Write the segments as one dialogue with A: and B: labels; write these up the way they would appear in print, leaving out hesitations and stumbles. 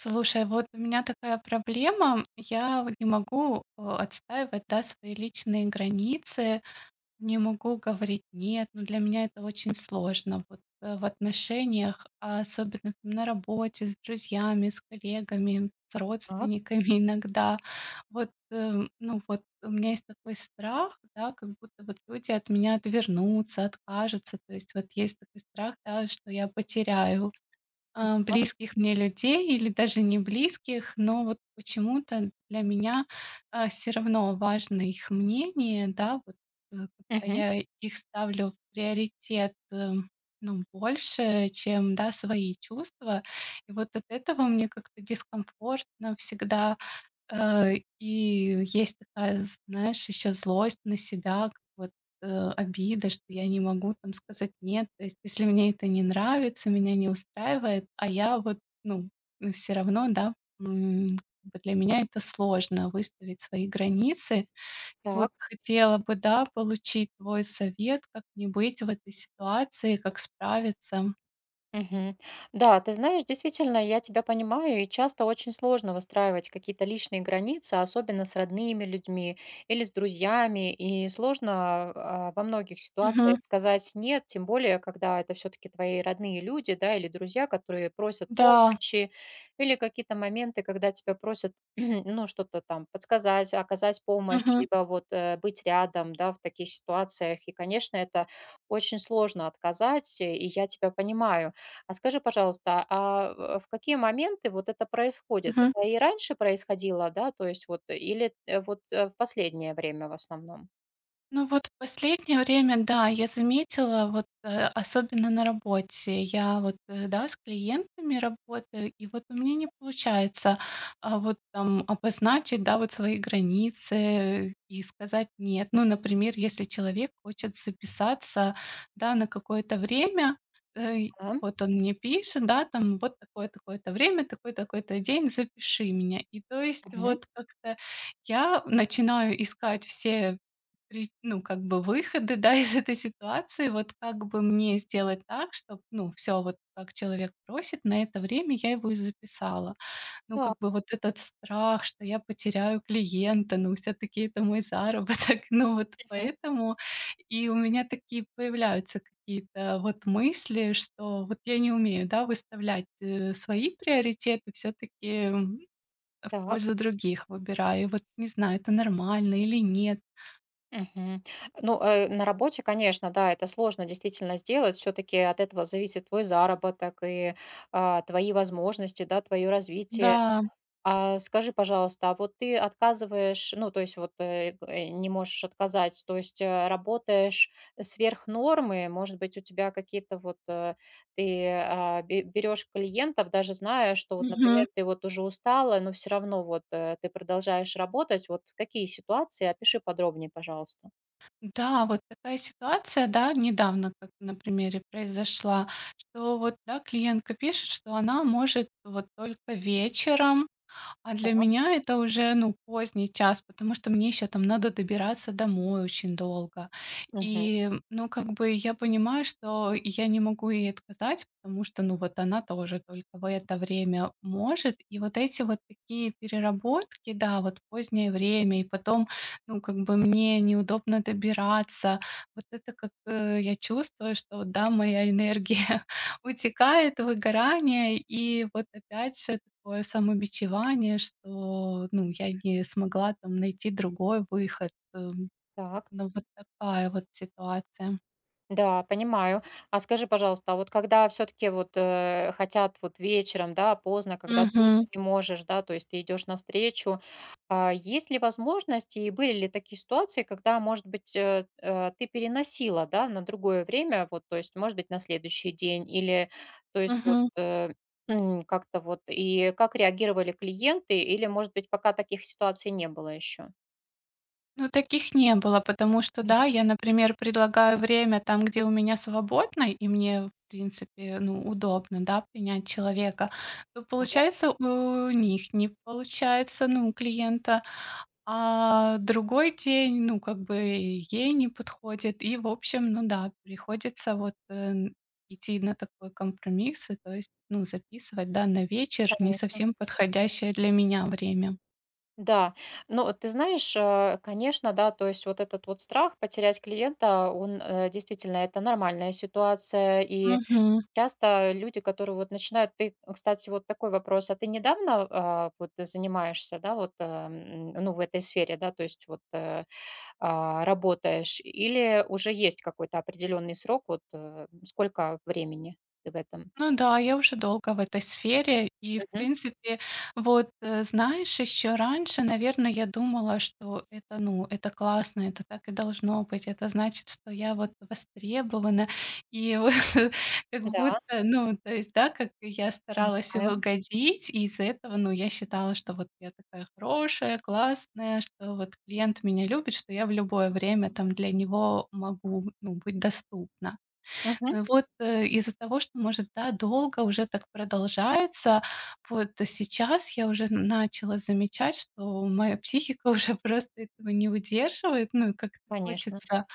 A: Слушай, вот у меня такая проблема. Я вот не могу, отстаивать, да, свои личные границы, не могу говорить "нет". Но для меня это очень сложно вот, в отношениях, а особенно там на работе, с друзьями, с коллегами, с
B: Так,
A: родственниками иногда. Вот, ну вот у меня есть такой страх, да, как будто вот люди от меня отвернутся, откажутся. То есть вот есть такой страх, да, что я потеряю
B: так.
A: близких мне людей или даже не близких, но вот почему-то для меня все равно важно их мнение, да, вот, как-то
B: Мгм.
A: я их ставлю в приоритет, ну, больше, чем, да, свои чувства. И вот от этого мне как-то дискомфортно всегда. И есть такая, знаешь, еще злость на себя, как вот, обида, что я не могу там сказать "нет". То есть если мне это не нравится, меня не устраивает, а я вот, ну, все равно, да, м, как бы для меня это сложно выставить свои границы. И
B: Так.
A: вот хотела бы, да, получить твой совет, как не быть в этой ситуации, как справиться.
B: Мгм. Да, ты знаешь, действительно, я тебя понимаю, и часто очень сложно выстраивать какие-то личные границы, особенно с родными людьми или с друзьями, и сложно во многих ситуациях
A: Мгм.
B: сказать нет, тем более, когда это все-таки твои родные люди, да, или друзья, которые просят
A: Да.
B: помощи, или какие-то моменты, когда тебя просят, ну, что-то там подсказать, оказать помощь, либо вот быть рядом, да, в таких ситуациях. И, конечно, это очень сложно отказать, и я тебя понимаю. А скажи, пожалуйста, в какие моменты вот это происходит?
A: Мгм.
B: Это и раньше происходило, да, то есть вот, или, вот, в последнее время в основном?
A: Ну вот в последнее время, да, я заметила, вот, особенно на работе. Я вот, да, с клиентами работаю, и вот у меня не получается, вот там обозначить, да, вот свои границы и сказать нет. Ну, например, если человек хочет записаться, да, на какое-то время, э,
B: Да.
A: вот он мне пишет, да, там вот такое-то время, такой-то день, запиши меня. И то есть
B: Мгм.
A: вот как-то я начинаю искать все Ре ну, как бы выходы, да, из этой ситуации. Вот как бы мне сделать так, чтобы ну, все вот как человек просит, на это время я его и записала. Ну,
B: Да.
A: как бы вот этот страх, что я потеряю клиента, ну, все таки это мой заработок. Ну, вот
B: Мгм.
A: поэтому и у меня такие появляются какие-то вот мысли, что вот я не умею, да, выставлять, свои приоритеты, все таки в
B: Так.
A: пользу других выбираю. И вот не знаю, это нормально или нет.
B: Мгм. Ну, на работе, конечно, да, это сложно действительно сделать. Все-таки от этого зависит твой заработок и, твои возможности, да, твое развитие.
A: Да.
B: А скажи, пожалуйста, а вот ты отказываешь, ну, то есть вот не можешь отказать, то есть работаешь сверх нормы, может быть, у тебя какие-то вот, ты берешь клиентов, даже зная, что вот, например,
A: Мгм.
B: ты вот уже устала, но все равно вот ты продолжаешь работать. Вот какие ситуации? Опиши подробнее, пожалуйста.
A: Да, вот такая ситуация, да, недавно как на примере произошла, что вот, да, клиентка пишет, что она может вот только вечером. А для
B: Так,
A: меня это уже, ну, поздний час, потому что мне еще там надо добираться домой очень долго.
B: мгм,
A: И, ну, как бы я понимаю, что я не могу ей отказать, потому что, ну, вот она тоже только в это время может. И вот эти вот такие переработки, да, вот позднее время, и потом, ну, как бы мне неудобно добираться. Вот это как я чувствую, что, да, моя энергия утекает, выгорание, и вот опять же такое самобичевание, что, ну, я не смогла там найти другой выход.
B: так.
A: Ну, вот такая вот ситуация.
B: Да, понимаю. А скажи, пожалуйста, а вот когда все таки вот, хотят вот вечером, да, поздно, когда ты уже
A: Мгм,
B: не можешь, да, то есть ты идешь навстречу, есть ли возможность и были ли такие ситуации, когда, может быть, ты переносила, да, на другое время, вот, то есть, может быть, на следующий день или, то есть, вот,
A: мгм.
B: как-то вот и как реагировали клиенты или, может быть, пока таких ситуаций не было еще?
A: Ну, таких не было, потому что, да, я, например, предлагаю время там, где у меня свободно, и мне, в принципе, ну, удобно, да, принять человека. То получается, у них не получается, ну, у клиента. А другой день, ну, как бы ей не подходит. И, в общем, ну да, приходится вот, идти на такой компромисс, и то есть, ну, записывать, да, на вечер не
B: Конечно.
A: совсем подходящее для меня время.
B: Да, но ты знаешь, конечно, да, то есть вот этот вот страх потерять клиента, он действительно это нормальная ситуация, и часто люди, которые вот начинают, ты, кстати, вот такой вопрос, а ты недавно вот занимаешься, да, вот, ну, в этой сфере, да, то есть вот работаешь, или уже есть какой-то определенный срок, вот сколько времени ты в этом?
A: Ну да, я уже долго в этой сфере. И, в
B: Мгм.
A: принципе, вот, знаешь, еще раньше, наверное, я думала, что это, ну, это классно, это так и должно быть. Это значит, что я вот востребована. И вот как
B: Да,
A: будто, ну, то есть, да, как я старалась и
B: понимаю.
A: угодить, и из-за этого, ну, я считала, что вот я такая хорошая, классная, что вот клиент меня любит, что я в любое время там для него могу, ну, быть доступна.
B: Мгм.
A: Ну вот, из-за того, что, может, да, долго уже так продолжается, вот сейчас я уже начала замечать, что моя психика уже просто этого не выдерживает. Ну, и как-то
B: Конечно.
A: хочется,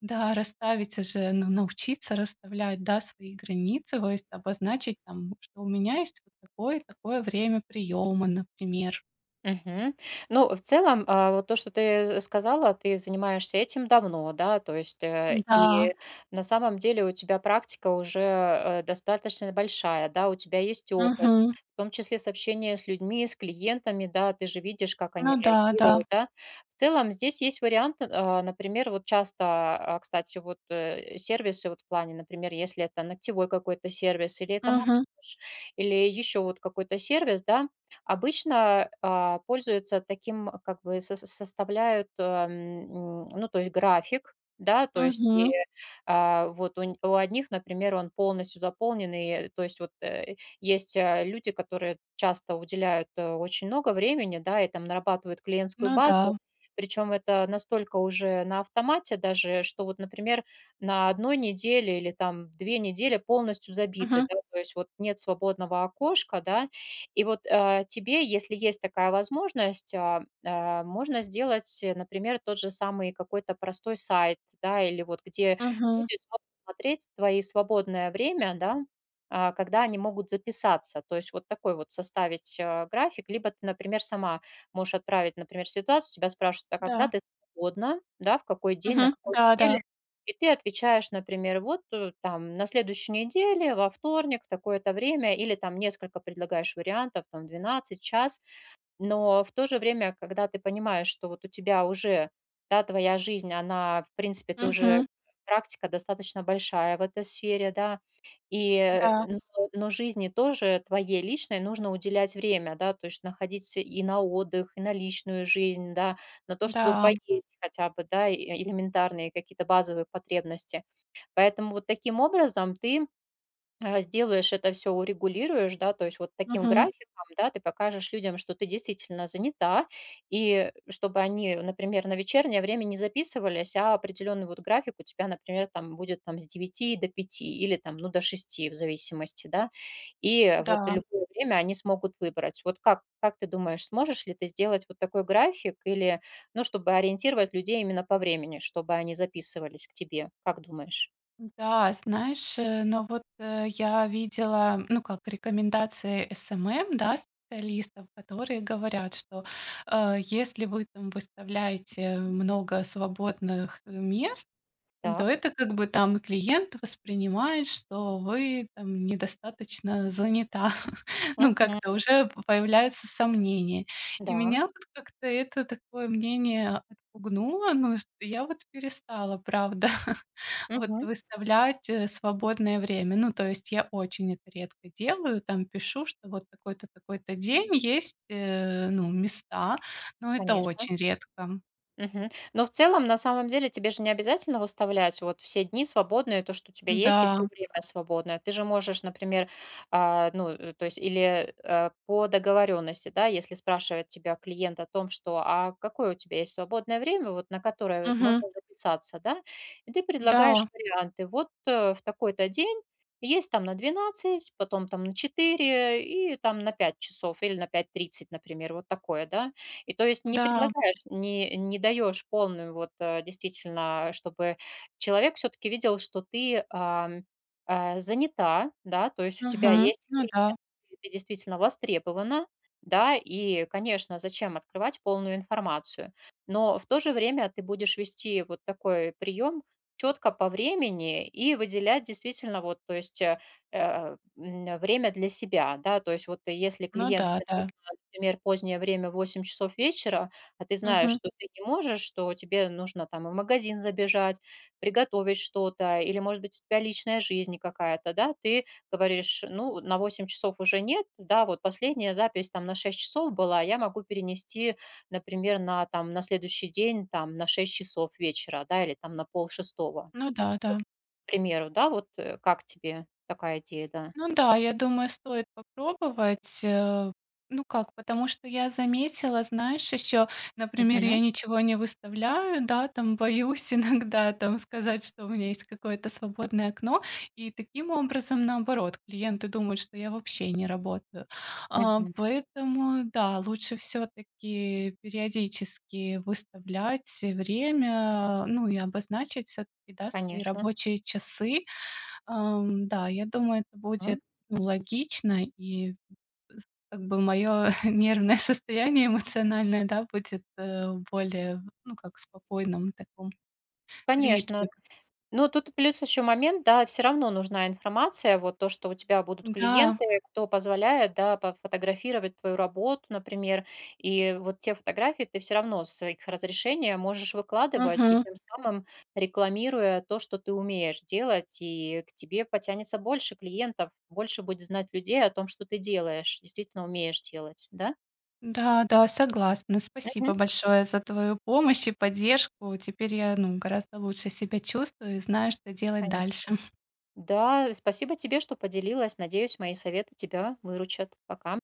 A: да, расставить уже, ну, научиться расставлять, да, свои границы, то есть обозначить там, что у меня есть вот такое и такое время приема, например.
B: Мгм. Ну, в целом, вот то, что ты сказала, ты занимаешься этим давно, да, то есть,
A: Да,
B: и на самом деле у тебя практика уже достаточно большая, да, у тебя есть опыт,
A: мгм,
B: в том числе с общения с людьми, с клиентами, да, ты же видишь, как они
A: ну да, да,
B: реагируют, да. В целом здесь есть вариант, например, вот часто, кстати, вот сервисы вот в плане, например, если это ногтевой какой-то сервис или это массаж,
A: мгм,
B: или еще вот какой-то сервис, да, обычно, пользуются таким, как бы составляют, ну, то есть график, да, то есть и,
A: мгм,
B: вот у одних, например, он полностью заполненный, то есть вот, есть, люди, которые часто уделяют, очень много времени, да, и там нарабатывают клиентскую
A: ну
B: базу.
A: да,
B: Причем это настолько уже на автомате даже, что вот, например, на одной неделе или там 2 недели полностью забиты,
A: мгм,
B: да, то есть вот нет свободного окошка, да, и вот, тебе, если есть такая возможность, можно сделать, например, тот же самый какой-то простой сайт, да, или вот где
A: мгм,
B: люди смогут смотреть твои свободное время, да, когда они могут записаться. То есть вот такой вот составить, график. Либо ты, например, сама можешь отправить, например, ситуацию, тебя спрашивают: «А когда
A: да,
B: ты свободна?» Да, в какой день, на
A: мгм,
B: какой неделе.
A: да-да.
B: И ты отвечаешь, например, вот, там, на следующей неделе, во вторник, в такое-то время, или там несколько предлагаешь вариантов, там, 12 час. Но в то же время, когда ты понимаешь, что вот у тебя уже, да, твоя жизнь, она, в принципе, ты уже
A: Мгм.
B: практика достаточно большая в этой сфере, да, и,
A: Да,
B: но жизни тоже твоей личной нужно уделять время, да, то есть находить и на отдых, и на личную жизнь, да, на то, чтобы
A: да.
B: поесть хотя бы, да, и элементарные какие-то базовые потребности. Поэтому вот таким образом ты сделаешь это все, урегулируешь, да, то есть вот таким
A: Мгм.
B: графиком, да, ты покажешь людям, что ты действительно занята, и чтобы они, например, на вечернее время не записывались, а определенный вот график у тебя, например, там будет там с 9 до 5 или там, ну, до 6 в зависимости, да, и
A: Да,
B: вот любое время они смогут выбрать. Вот как ты думаешь, сможешь ли ты сделать вот такой график или, ну, чтобы ориентировать людей именно по времени, чтобы они записывались к тебе? Как думаешь?
A: да. Знаешь, но вот, я видела, ну, как рекомендации SMM, да, специалистов, которые говорят, что, если вы там выставляете много свободных мест, то
B: Так.
A: это как бы там клиент воспринимает, что вы там недостаточно занята. Ну,
B: Мгм.
A: как-то уже п появляются сомнения. И
B: Да.
A: меня вот как-то это такое мнение отпугнуло, ну, что я вот перестала, правда, вот
B: Мгм.
A: выставлять, свободное время. Ну, то есть я очень это редко делаю, там пишу, что вот такой-то, такой-то день есть, ну, места, но это
B: Конечно.
A: очень редко.
B: Мгм. Но в целом, на самом деле, тебе же не обязательно выставлять вот все дни свободные, то, что у тебя есть, и все
A: Да.
B: время свободное. Ты же можешь, например, то есть, или по договоренности, да, если спрашивает тебя клиент о том, что, а какое у тебя есть свободное время, вот на которое
A: Мгм.
B: можно записаться, да, и ты предлагаешь
A: Да.
B: варианты. Вот в такой-то день есть там на 12, потом там на 4 и там на 5 часов или на 5:30, например, вот такое, да, и то есть не
A: Да.
B: предлагаешь, не даешь полную вот, действительно, чтобы человек все таки видел, что ты, занята, да, то есть у тебя
A: Мгм.
B: есть
A: Ну
B: клиент,
A: да,
B: ты действительно востребована, да, и, конечно, зачем открывать полную информацию. Но в то же время ты будешь вести вот такой прием четко по времени и выделять действительно вот, то есть, время для себя, да. То есть вот если
A: ну да,
B: клиентке
A: да.
B: например, позднее время, 8 часов вечера, а ты знаешь,
A: Мгм.
B: что ты не можешь, что тебе нужно там и в магазин забежать, приготовить что-то, или, может быть, у тебя личная жизнь какая-то, да, ты говоришь, ну, на 8 часов уже нет, да, вот последняя запись там на 6 часов была, я могу перенести, например, на там на следующий день, там, на 6 часов вечера, да, или там на полшестого,
A: Ну да, да.
B: к примеру, да, вот как тебе такая идея, да?
A: Ну да, я думаю, стоит попробовать. Ну как, потому что я заметила, знаешь, еще, например,
B: Мгм.
A: я ничего не выставляю, да, там боюсь иногда там сказать, что у меня есть какое-то свободное окно, и таким образом, наоборот, клиенты думают, что я вообще не работаю. А,
B: Мгм.
A: поэтому, да, лучше все-таки периодически выставлять время, ну и обозначить все-таки, да, свои
B: Конечно.
A: рабочие часы. Да, я думаю, это
B: Да.
A: будет, ну, логично, и с как бы мое нервное состояние эмоциональное, да, будет, более, ну, как в спокойном таком
B: Конечно.
A: ритме.
B: Ну, тут плюс еще момент, да, все равно нужна информация, вот то, что у тебя будут
A: Да,
B: клиенты, кто позволяет, да, пофотографировать твою работу, например. И вот те фотографии ты все равно с их разрешения можешь выкладывать, и
A: мгм.
B: тем самым рекламируя то, что ты умеешь делать, и к тебе потянется больше клиентов, больше будет знать людей о том, что ты делаешь, действительно умеешь делать, да?
A: Да-да, согласна.
B: Мгм.
A: Спасибо большое за твою помощь и поддержку. Теперь я, ну, гораздо лучше себя чувствую и знаю, что делать
B: Конечно.
A: дальше.
B: Да, спасибо тебе, что поделилась. Надеюсь, мои советы тебя выручат. Пока.